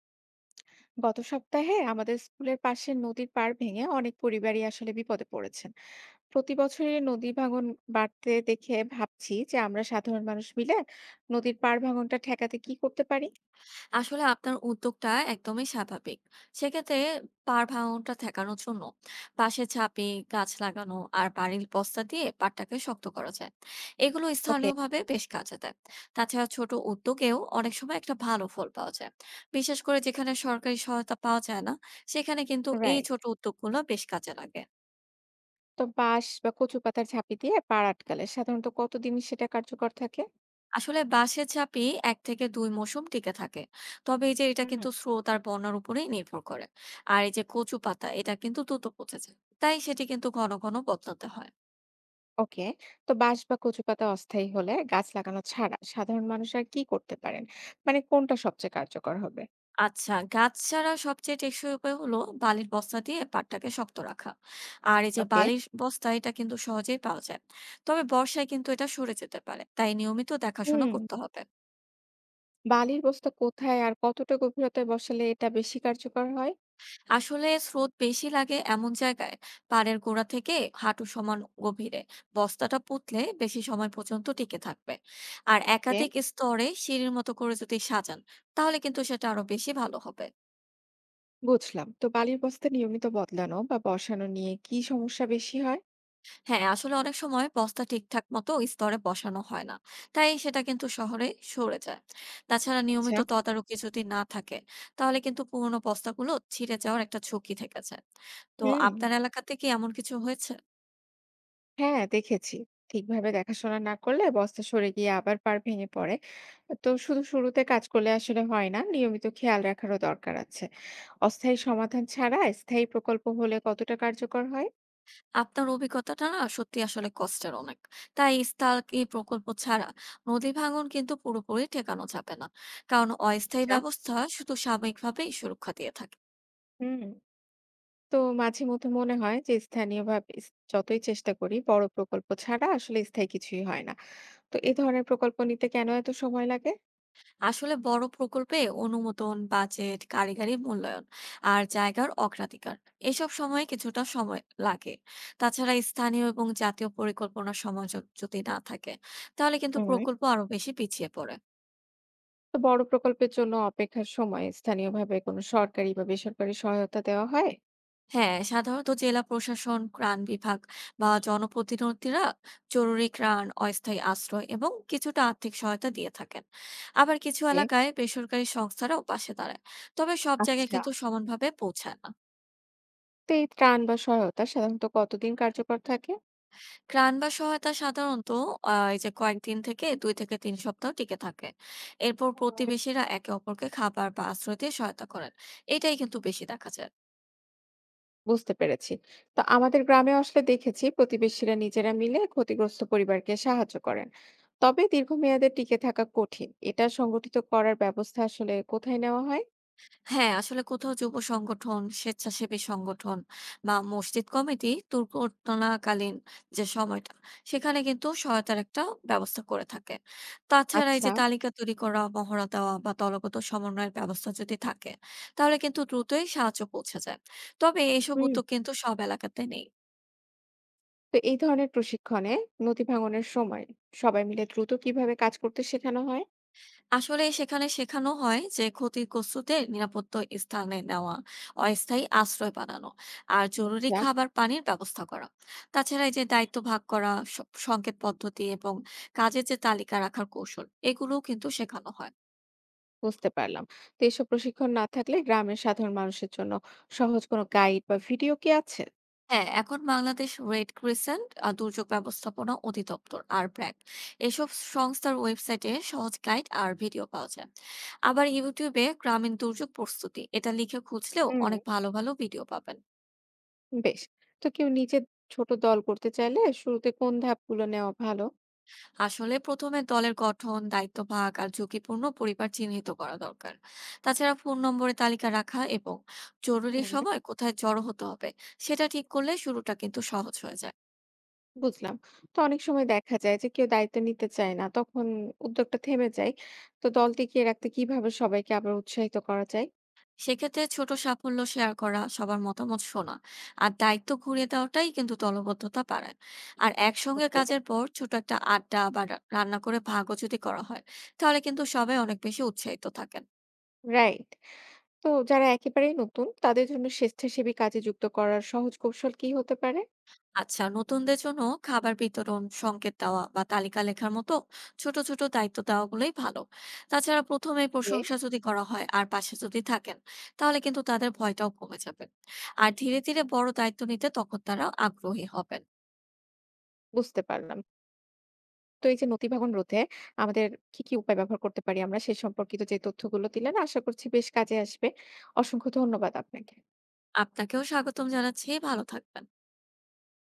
গত সপ্তাহে আমাদের স্কুলের পাশে নদীর পাড় ভেঙে অনেক পরিবারই আসলে বিপদে পড়েছেন। প্রতি বছরই নদী ভাঙন বাড়তে দেখে ভাবছি যে আমরা সাধারণ মানুষ মিলে নদীর পাড় ভাঙনটা ঠেকাতে কি করতে পারি। আসলে আপনার উদ্যোগটা একদমই স্বাভাবিক। সেক্ষেত্রে ভাঙনটা ঠেকানোর জন্য বাঁশের ঝাঁপি, গাছ লাগানো আর বাড়ির বস্তা দিয়ে পাটটাকে শক্ত করা যায়। এগুলো ওকে। স্থানীয়ভাবে বেশ কাজে দেয়। তাছাড়া ছোট উদ্যোগেও অনেক সময় একটা ভালো ফল পাওয়া যায়। বিশেষ করে যেখানে সরকারি সহায়তা পাওয়া যায় না, সেখানে কিন্তু এই রাইট। ছোট উদ্যোগগুলো বেশ কাজে লাগে। তো বাঁশ বা কচু পাতার ঝাঁপি দিয়ে পাড় আটকালে সাধারণত কতদিন সেটা কার্যকর থাকে? আসলে বাঁশের ঝাঁপি ১ থেকে ২ মৌসুম টিকে থাকে। তবে এই যে এটা হুম। কিন্তু স্রোত আর বন্যার উপরেই নির্ভর করে। আর এই যে কচু পাতা এটা কিন্তু দ্রুত পচে যায়। তাই সেটি কিন্তু ঘন ঘন বদলাতে হয়। ওকে। তো বাঁশ বা কচু পাতা অস্থায়ী হলে গাছ লাগানো ছাড়া সাধারণ মানুষ আর কি করতে পারেন? মানে কোনটা সবচেয়ে কার্যকর হবে? আচ্ছা, গাছ ছাড়া সবচেয়ে টেকসই উপায় হলো বালির বস্তা দিয়ে পাটটাকে শক্ত রাখা। আর এই যে ওকে। বালির বস্তা এটা কিন্তু সহজেই পাওয়া যায়। তবে বর্ষায় কিন্তু এটা সরে যেতে পারে। তাই নিয়মিত দেখাশোনা হুম। করতে হবে। বালির বস্তা কোথায় আর কতটা গভীরতায় বসালে এটা বেশি কার্যকর হয়? আসলে স্রোত বেশি লাগে এমন জায়গায় পাড়ের গোড়া থেকে হাঁটু সমান গভীরে বস্তাটা পুঁতলে বেশি সময় পর্যন্ত টিকে থাকবে। আর ওকে। একাধিক স্তরে সিঁড়ির মতো করে যদি সাজান, তাহলে কিন্তু সেটা আরো বেশি ভালো হবে। বুঝলাম। তো বালির বস্তা নিয়মিত বদলানো বা বসানো নিয়ে কি সমস্যা বেশি হয়? হ্যাঁ, আসলে অনেক সময় বস্তা ঠিকঠাক মতো স্তরে বসানো হয় না, তাই সেটা কিন্তু শহরে সরে যায়। তাছাড়া আচ্ছা। নিয়মিত তদারকি যদি না থাকে, তাহলে কিন্তু পুরোনো বস্তাগুলো ছিঁড়ে যাওয়ার একটা ঝুঁকি থেকে যায়। তো হুম। আপনার এলাকাতে কি এমন কিছু হয়েছে? হ্যাঁ, দেখেছি, ঠিকভাবে দেখাশোনা না করলে বস্তা সরে গিয়ে আবার পার ভেঙে পড়ে। তো শুধু শুরুতে কাজ করলে আসলে হয় না, নিয়মিত খেয়াল রাখারও দরকার আছে। অস্থায়ী সমাধান ছাড়া স্থায়ী প্রকল্প হলে কতটা কার্যকর হয়? আপনার অভিজ্ঞতাটা না সত্যি আসলে কষ্টের অনেক। তাই স্থায়ী প্রকল্প ছাড়া নদী ভাঙন কিন্তু পুরোপুরি ঠেকানো যাবে না। কারণ অস্থায়ী আচ্ছা। ব্যবস্থা শুধু সাময়িকভাবেই সুরক্ষা দিয়ে থাকে। হুম। তো মাঝে মধ্যে মনে হয় যে স্থানীয়ভাবে যতই চেষ্টা করি বড় প্রকল্প ছাড়া আসলে স্থায়ী কিছুই হয় না। তো এই ধরনের প্রকল্প নিতে কেন এত সময় লাগে? আসলে বড় প্রকল্পে অনুমোদন, বাজেট, কারিগরি মূল্যায়ন আর জায়গার অগ্রাধিকার এসব সময়ে কিছুটা সময় লাগে। তাছাড়া স্থানীয় এবং জাতীয় পরিকল্পনার সমঝোতা যদি না থাকে, তাহলে কিন্তু হুম। প্রকল্প আরো বেশি পিছিয়ে পড়ে। তো বড় প্রকল্পের জন্য অপেক্ষার সময় স্থানীয়ভাবে কোনো সরকারি বা বেসরকারি সহায়তা দেওয়া হয়? হ্যাঁ, সাধারণত জেলা প্রশাসন, ত্রাণ বিভাগ বা জনপ্রতিনিধিরা জরুরি ত্রাণ, অস্থায়ী আশ্রয় এবং কিছুটা আর্থিক সহায়তা দিয়ে থাকেন। আবার কিছু ওকে। এলাকায় বেসরকারি সংস্থারাও পাশে দাঁড়ায়। তবে সব জায়গায় আচ্ছা। কিন্তু সমানভাবে পৌঁছায় না। তো এই ত্রাণ বা সহায়তা সাধারণত কতদিন কার্যকর থাকে? ত্রাণ বা সহায়তা সাধারণত এই যে কয়েকদিন থেকে ২ থেকে ৩ সপ্তাহ টিকে থাকে। এরপর প্রতিবেশীরা একে অপরকে খাবার বা আশ্রয় দিয়ে সহায়তা করেন। এটাই কিন্তু বেশি দেখা যায়। বুঝতে পেরেছি। তো আমাদের গ্রামেও আসলে দেখেছি প্রতিবেশীরা নিজেরা মিলে ক্ষতিগ্রস্ত পরিবারকে সাহায্য করেন। তবে দীর্ঘমেয়াদে টিকে থাকা কঠিন। এটা সংগঠিত করার ব্যবস্থা আসলে কোথায় নেওয়া হয়? হ্যাঁ, আসলে কোথাও যুব সংগঠন, স্বেচ্ছাসেবী সংগঠন বা মসজিদ কমিটি দুর্ঘটনাকালীন যে সময়টা, সেখানে কিন্তু সহায়তার একটা ব্যবস্থা করে থাকে। তাছাড়া এই আচ্ছা। যে তালিকা তৈরি করা, মহড়া দেওয়া বা দলগত সমন্বয়ের ব্যবস্থা যদি থাকে, তাহলে কিন্তু দ্রুতই সাহায্য পৌঁছে যায়। তবে এসব হুম। উদ্যোগ কিন্তু সব এলাকাতে নেই। তো এই ধরনের প্রশিক্ষণে নদী ভাঙনের সময় সবাই মিলে দ্রুত কিভাবে কাজ করতে শেখানো হয়? আসলে সেখানে শেখানো হয় যে ক্ষতিগ্রস্তদের নিরাপদ স্থানে নেওয়া, অস্থায়ী আশ্রয় বানানো আর জরুরি আচ্ছা, খাবার পানির ব্যবস্থা করা। তাছাড়া এই যে দায়িত্ব ভাগ করা, সংকেত পদ্ধতি এবং কাজের যে তালিকা রাখার কৌশল এগুলোও কিন্তু শেখানো হয়। বুঝতে পারলাম। তো এসব প্রশিক্ষণ না থাকলে গ্রামের সাধারণ মানুষের জন্য সহজ কোনো গাইড বা ভিডিও কি আছে? হ্যাঁ, এখন বাংলাদেশ রেড ক্রিসেন্ট আর দুর্যোগ ব্যবস্থাপনা অধিদপ্তর আর ব্র্যাক এসব সংস্থার ওয়েবসাইটে সহজ গাইড আর ভিডিও পাওয়া যায়। আবার ইউটিউবে গ্রামীণ দুর্যোগ প্রস্তুতি এটা লিখে খুঁজলেও হুম। অনেক ভালো ভালো ভিডিও পাবেন। বেশ। তো কেউ নিজের ছোট দল করতে চাইলে শুরুতে কোন ধাপগুলো নেওয়া ভালো? আসলে প্রথমে দলের গঠন, দায়িত্ব ভাগ আর ঝুঁকিপূর্ণ পরিবার চিহ্নিত করা দরকার। তাছাড়া ফোন নম্বরে তালিকা রাখা এবং জরুরি হুম। সময় কোথায় জড়ো হতে হবে সেটা ঠিক করলে শুরুটা কিন্তু সহজ হয়ে যায়। বুঝলাম। তো অনেক সময় দেখা যায় যে কেউ দায়িত্ব নিতে চায় না। তখন উদ্যোগটা থেমে যায়। তো দল টিকিয়ে রাখতে কিভাবে সবাইকে আবার উৎসাহিত করা যায়? সেক্ষেত্রে ছোট সাফল্য শেয়ার করা, সবার মতামত শোনা আর দায়িত্ব ঘুরিয়ে দেওয়াটাই কিন্তু দলবদ্ধতা বাড়ায়। আর একসঙ্গে ওকে। কাজের পর ছোট একটা আড্ডা বা রান্না করে ভাগও যদি করা হয়, তাহলে কিন্তু সবাই অনেক বেশি উৎসাহিত থাকে। রাইট। তো যারা একেবারেই নতুন তাদের জন্য স্বেচ্ছাসেবী কাজে যুক্ত করার সহজ কৌশল কি হতে পারে? আচ্ছা, নতুনদের জন্য খাবার বিতরণ, সংকেত দেওয়া বা তালিকা লেখার মতো ছোট ছোট দায়িত্ব দেওয়াগুলোই ভালো। তাছাড়া প্রথমে ওকে। প্রশংসা যদি করা হয় আর পাশে যদি থাকেন, তাহলে কিন্তু তাদের ভয়টাও কমে যাবে। আর ধীরে ধীরে বড় দায়িত্ব নিতে তখন তারা আগ্রহী হবেন। বুঝতে পারলাম। তো এই যে নতিভাবন রোধে আমাদের কি উপায় ব্যবহার করতে পারি আমরা, সে সম্পর্কিত যে তথ্যগুলো দিলেন আশা করছি বেশ কাজে আসবে। অসংখ্য ধন্যবাদ আপনাকে। আপনাকেও স্বাগতম জানাচ্ছি, ভালো থাকবেন।